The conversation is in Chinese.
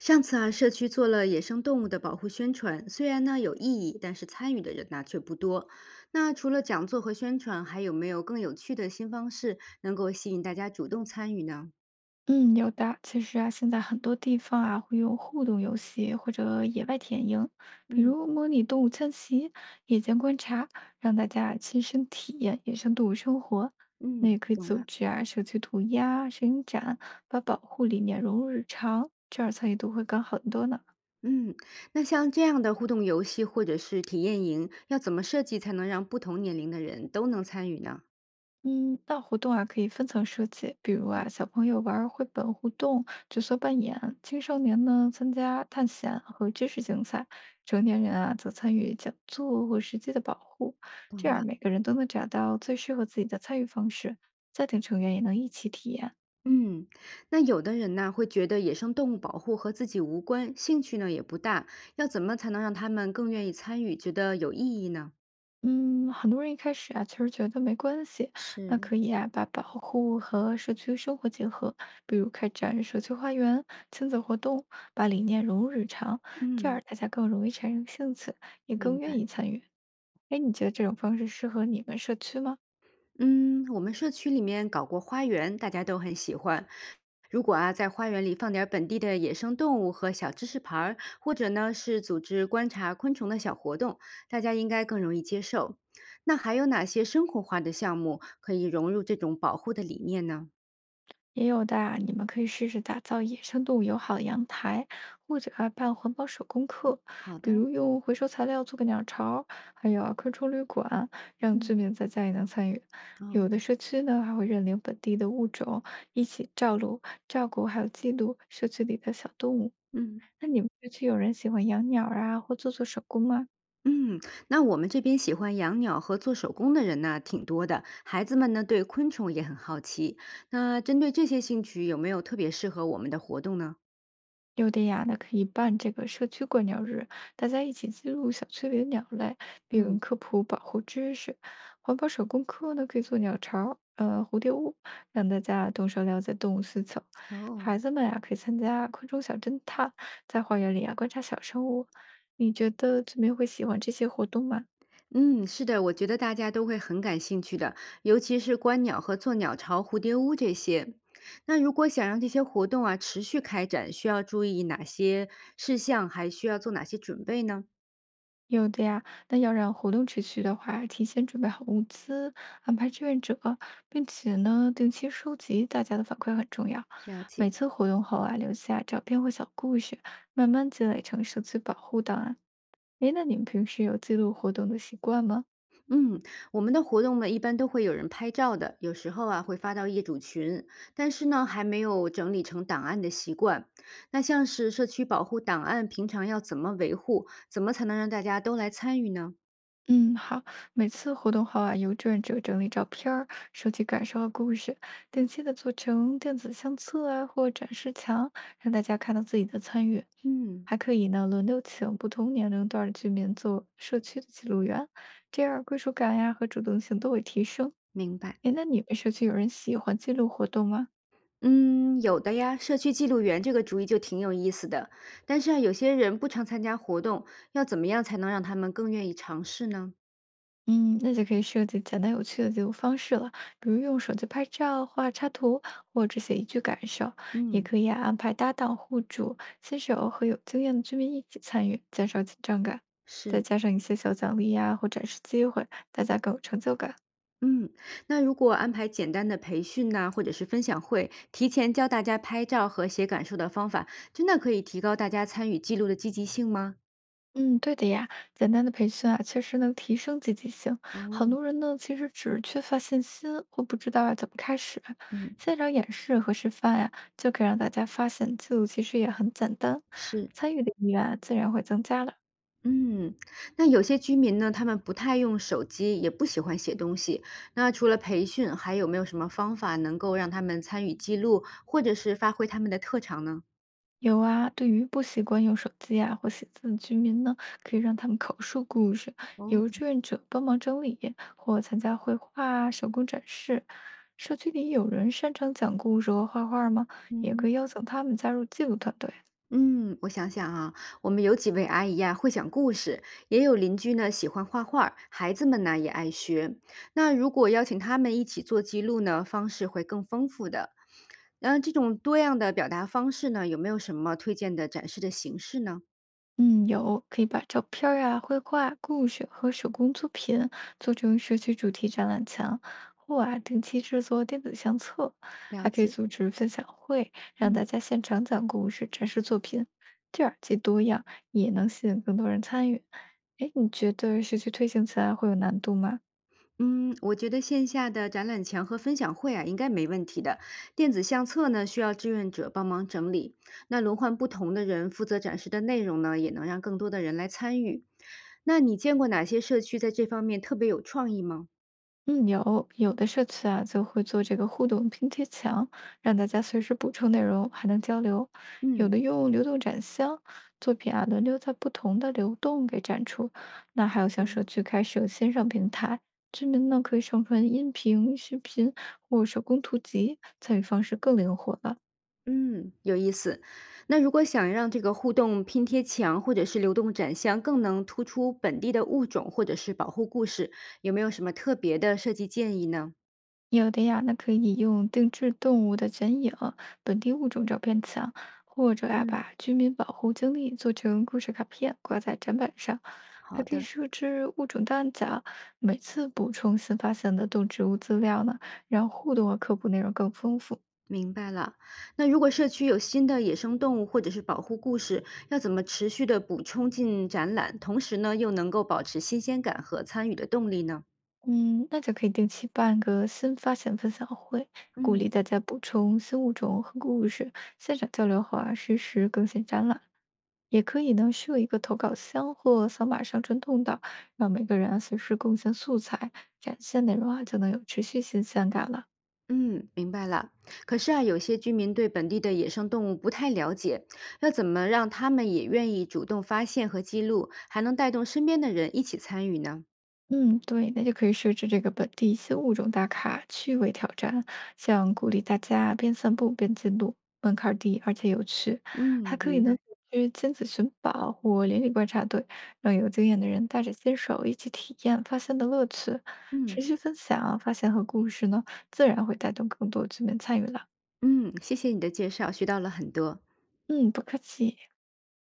上次啊，社区做了野生动物的保护宣传，虽然呢有意义，但是参与的人呢却不多。那除了讲座和宣传，还有没有更有趣的新方式能够吸引大家主动参与呢？嗯，有的。其实啊，现在很多地方啊会用互动游戏或者野外田营，比嗯如模拟动物迁徙、夜间观察，让大家亲身体验野生动物生活。那嗯，也可以懂组了。织啊社区涂鸦、摄影展，把保护理念融入日常，这样参与度会高很多呢。嗯，那像这样的互动游戏或者是体验营，要怎么设计才能让不同年龄的人都能参与呢？嗯，那活动啊可以分层设计，比如啊，嗯，小朋友玩儿绘本互动、角色扮演，青少年呢参加探险和知识竞赛，成年人啊则参与讲座或实际的保护，懂这样了。每个人都能找到最适合自己的参与方式，家庭成员也能一起体验。嗯，那有的人呢，会觉得野生动物保护和自己无关，兴趣呢也不大，要怎么才能让他们更愿意参与，觉得有意义呢？嗯，很多人一开始啊，其实觉得没关系，那是，可以啊，把保护和社区生活结合，比如开展社区花园、亲子活动，把理念融入日常，这样嗯，大家更容易产生兴趣，也更明愿白。意参与。哎，你觉得这种方式适合你们社区吗？嗯，我们社区里面搞过花园，大家都很喜欢。如果啊，在花园里放点儿本地的野生动物和小知识牌儿，或者呢是组织观察昆虫的小活动，大家应该更容易接受。那还有哪些生活化的项目可以融入这种保护的理念呢？也有的啊，你们可以试试打造野生动物友好的阳台，或者啊办环保手工课，好比的，如用回收材料做个鸟巢，还有啊昆虫旅馆，让居嗯。民在家也能参与。有的哦，社区呢还会认领本地的物种，一起照顾、照顾还有记录社区里的小动物。嗯那你们社区有人喜欢养鸟儿啊，或做做手工吗？嗯，那我们这边喜欢养鸟和做手工的人呢，挺多的。孩子们呢，对昆虫也很好奇。那针对这些兴趣，有没有特别适合我们的活动呢？有的呀，那可以办这个社区观鸟日，大家一起记录小区里的鸟类，并嗯，科普保护知识。环保手工课呢，可以做鸟巢、蝴蝶屋，让大家动手了解动物需求。哦，孩子们呀、可以参加昆虫小侦探，在花园里呀观察小生物。你觉得村民会喜欢这些活动吗？嗯，是的，我觉得大家都会很感兴趣的，尤其是观鸟和做鸟巢、蝴蝶屋这些。那如果想让这些活动啊持续开展，需要注意哪些事项，还需要做哪些准备呢？有的呀，那要让活动持续的话，提前准备好物资，安排志愿者，并且呢，定期收集大家的反馈很重要。了每解。次活动后啊，留下照片或小故事，慢慢积累成社区保护档案。诶，那你们平时有记录活动的习惯吗？嗯，我们的活动呢，一般都会有人拍照的，有时候啊会发到业主群，但是呢还没有整理成档案的习惯。那像是社区保护档案，平常要怎么维护？怎么才能让大家都来参与呢？嗯，好。每次活动后啊，由志愿者整理照片儿、收集感受和故事，定期的做成电子相册啊或展示墙，让大家看到自己的参与。嗯，还可以呢，轮流请不同年龄段儿的居民做社区的记录员，这样归属感呀和主动性都会提升。明白。诶，那你们社区有人喜欢记录活动吗？嗯，有的呀，社区记录员这个主意就挺有意思的。但是啊，有些人不常参加活动，要怎么样才能让他们更愿意尝试呢？嗯，那就可以设计简单有趣的记录方式了，比如用手机拍照、画插图，或者写一句感受。也嗯，可以啊，安排搭档、户主、新手和有经验的居民一起参与，减少紧张感。再是。加上一些小奖励呀、或展示机会，大家更有成就感。嗯，那如果安排简单的培训呐、或者是分享会，提前教大家拍照和写感受的方法，真的可以提高大家参与记录的积极性吗？嗯，对的呀，简单的培训啊，确实能提升积极性。很哦，多人呢，其实只是缺乏信心，或不知道要怎么开始。嗯，现场演示和示范呀、就可以让大家发现记录其实也很简单，是，参与的意愿啊自然会增加了。嗯，那有些居民呢，他们不太用手机，也不喜欢写东西。那除了培训，还有没有什么方法能够让他们参与记录，或者是发挥他们的特长呢？有啊，对于不习惯用手机啊或写字的居民呢，可以让他们口述故事，由哦，志愿者帮忙整理，或参加绘画啊、手工展示。社区里有人擅长讲故事和画画吗？也嗯。可以邀请他们加入记录团队。嗯，我想想啊，我们有几位阿姨呀、会讲故事，也有邻居呢喜欢画画儿孩子们呢也爱学。那如果邀请他们一起做记录呢，方式会更丰富的。那这种多样的表达方式呢，有没有什么推荐的展示的形式呢？嗯，有，可以把照片儿啊、绘画、故事和手工作品做成社区主题展览墙，或啊定期制作电子相册，还了可以解，组织分享会，让嗯。大家现场讲故事、展示作品，这样既多样，也能吸引更多人参与。哎，你觉得社区推行起来会有难度吗？嗯，我觉得线下的展览墙和分享会啊，应该没问题的。电子相册呢，需要志愿者帮忙整理，那轮换不同的人负责展示的内容呢，也能让更多的人来参与。那你见过哪些社区在这方面特别有创意吗？嗯，有的社区啊，就会做这个互动拼贴墙，让大家随时补充内容，还能交流。有嗯的用流动展箱，作品啊轮流在不同的流动给展出。那还有像社嗯，区开设线上平台，居民呢可以上传音频、视频或手工图集，参与方式更灵活了。嗯，有意思。那如果想让这个互动拼贴墙或者是流动展箱更能突出本地的物种或者是保护故事，有没有什么特别的设计建议呢？有的呀，那可以用定制动物的剪影、本地物种照片墙，或者呀、嗯，把居民保护经历做成故事卡片，挂在展板上。还好可以的。设置物种档案夹，每次补充新发现的动植物资料呢，让互动和科普内容更丰富。明白了。那如果社区有新的野生动物或者是保护故事，要怎么持续的补充进展览，同时呢又能够保持新鲜感和参与的动力呢？嗯，那就可以定期办个新发现分享会，鼓嗯，励大家补充新物种和故事，现场交流后啊，实时更新展览。也可以呢，设一个投稿箱或扫码上传通道，让每个人啊随时贡献素材，展现内容啊就能有持续新鲜感了。嗯，明白了。可是啊，有些居民对本地的野生动物不太了解，要怎么让他们也愿意主动发现和记录，还能带动身边的人一起参与呢？嗯，对，那就可以设置这个本地新物种打卡趣味挑战，像鼓励大家边散步边记录，门槛儿低而且有趣，还嗯，可以明呢白。组织亲子寻宝或邻里观察队，让有经验的人带着新手一起体验发现的乐趣，持嗯续分享发现和故事呢，自然会带动更多居民参与了。嗯，谢谢你的介绍，学到了很多。嗯，不客气。